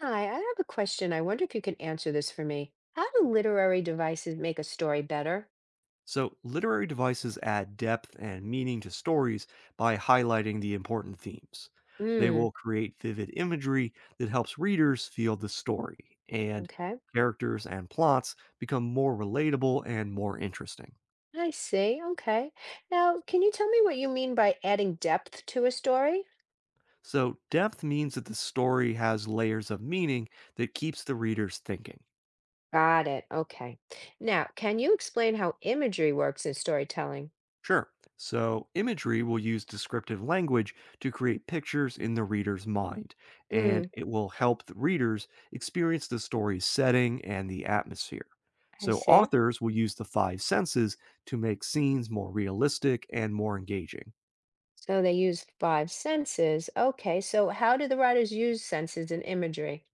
Hi, I have a question. I wonder if you can answer this for me. How do literary devices make a story better? So, literary devices add depth and meaning to stories by highlighting the important themes. They Mm, will create vivid imagery that helps readers feel the story, and okay. characters and plots become more relatable and more interesting. I see. Okay. Now, can you tell me what you mean by adding depth to a story? So, depth means that the story has layers of meaning that keeps the readers thinking. Got it. Okay. Now, can you explain how imagery works in storytelling? Sure. So, imagery will use descriptive language to create pictures in the reader's mind, and Mm, it will help the readers experience the story's setting and the atmosphere. I So, see. authors will use the five senses to make scenes more realistic and more engaging. So they use five senses. Okay. So how do the writers use senses in imagery?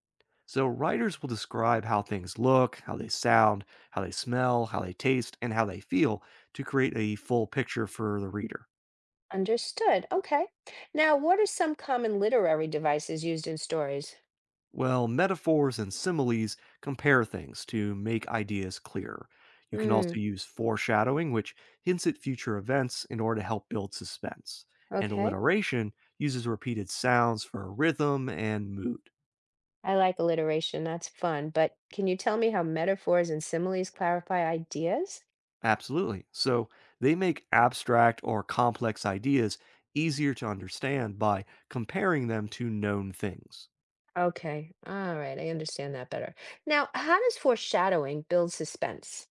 So, writers will describe how things look, how they sound, how they smell, how they taste, and how they feel to create a full picture for the reader. Understood. Okay. Now, what are some common literary devices used in stories? Well, metaphors and similes compare things to make ideas clearer. You can Hmm, also use foreshadowing, which hints at future events in order to help build suspense. And okay. alliteration uses repeated sounds for rhythm and mood. I like alliteration. That's fun. But can you tell me how metaphors and similes clarify ideas? Absolutely. So they make abstract or complex ideas easier to understand by comparing them to known things. Okay. All right. I understand that better. Now, how does foreshadowing build suspense?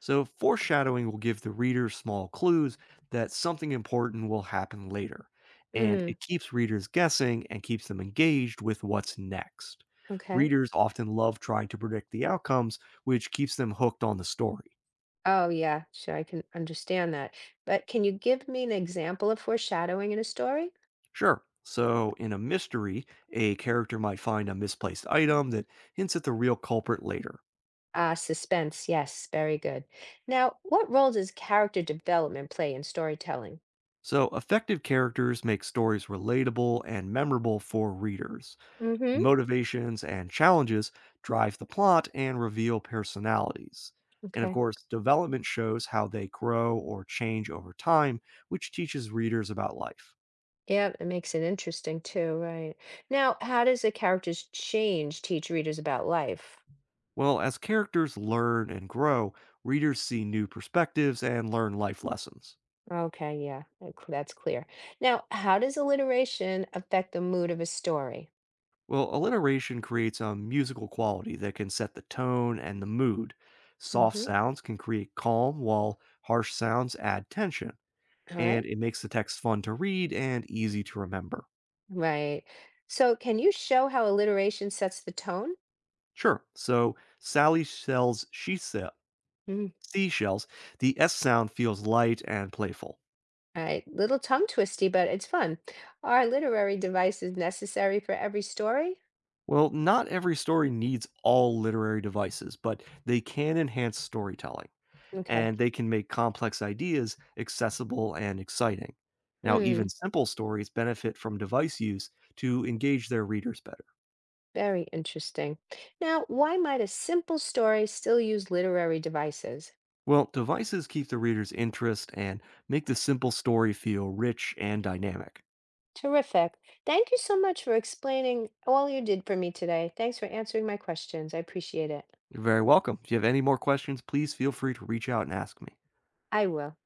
So, foreshadowing will give the reader small clues that something important will happen later, and Mm, it keeps readers guessing and keeps them engaged with what's next. okay. Readers often love trying to predict the outcomes, which keeps them hooked on the story. Oh, yeah. Sure. I can understand that. But can you give me an example of foreshadowing in a story? Sure, so in a mystery, a character might find a misplaced item that hints at the real culprit later. Ah, suspense. Yes. Very good. Now, what role does character development play in storytelling? So, effective characters make stories relatable and memorable for readers. Mm-hmm. Motivations and challenges drive the plot and reveal personalities. And of Okay. course, development shows how they grow or change over time, which teaches readers about life. Yeah, it makes it interesting too, right? Now, how does the character's change teach readers about life? Well, as characters learn and grow, readers see new perspectives and learn life lessons. Okay, yeah, that's clear. Now, how does alliteration affect the mood of a story? Well, alliteration creates a musical quality that can set the tone and the mood. Soft Mm-hmm. sounds can create calm, while harsh sounds add tension, All and right, it makes the text fun to read and easy to remember. right. So, can you show how alliteration sets the tone? Sure. So Sally sells Mm. seashells. The S sound feels light and playful. All right, little tongue twisty, but it's fun. Are literary devices necessary for every story? Well, not every story needs all literary devices, but they can enhance storytelling Okay. and they can make complex ideas accessible and exciting. Now, even Mm, simple stories benefit from device use to engage their readers better. very interesting. Now, why might a simple story still use literary devices? Well, devices keep the reader's interest and make the simple story feel rich and dynamic. Terrific. Thank you so much for explaining all you did for me today. Thanks for answering my questions. I appreciate it. You're very welcome. If you have any more questions, please feel free to reach out and ask me. I will.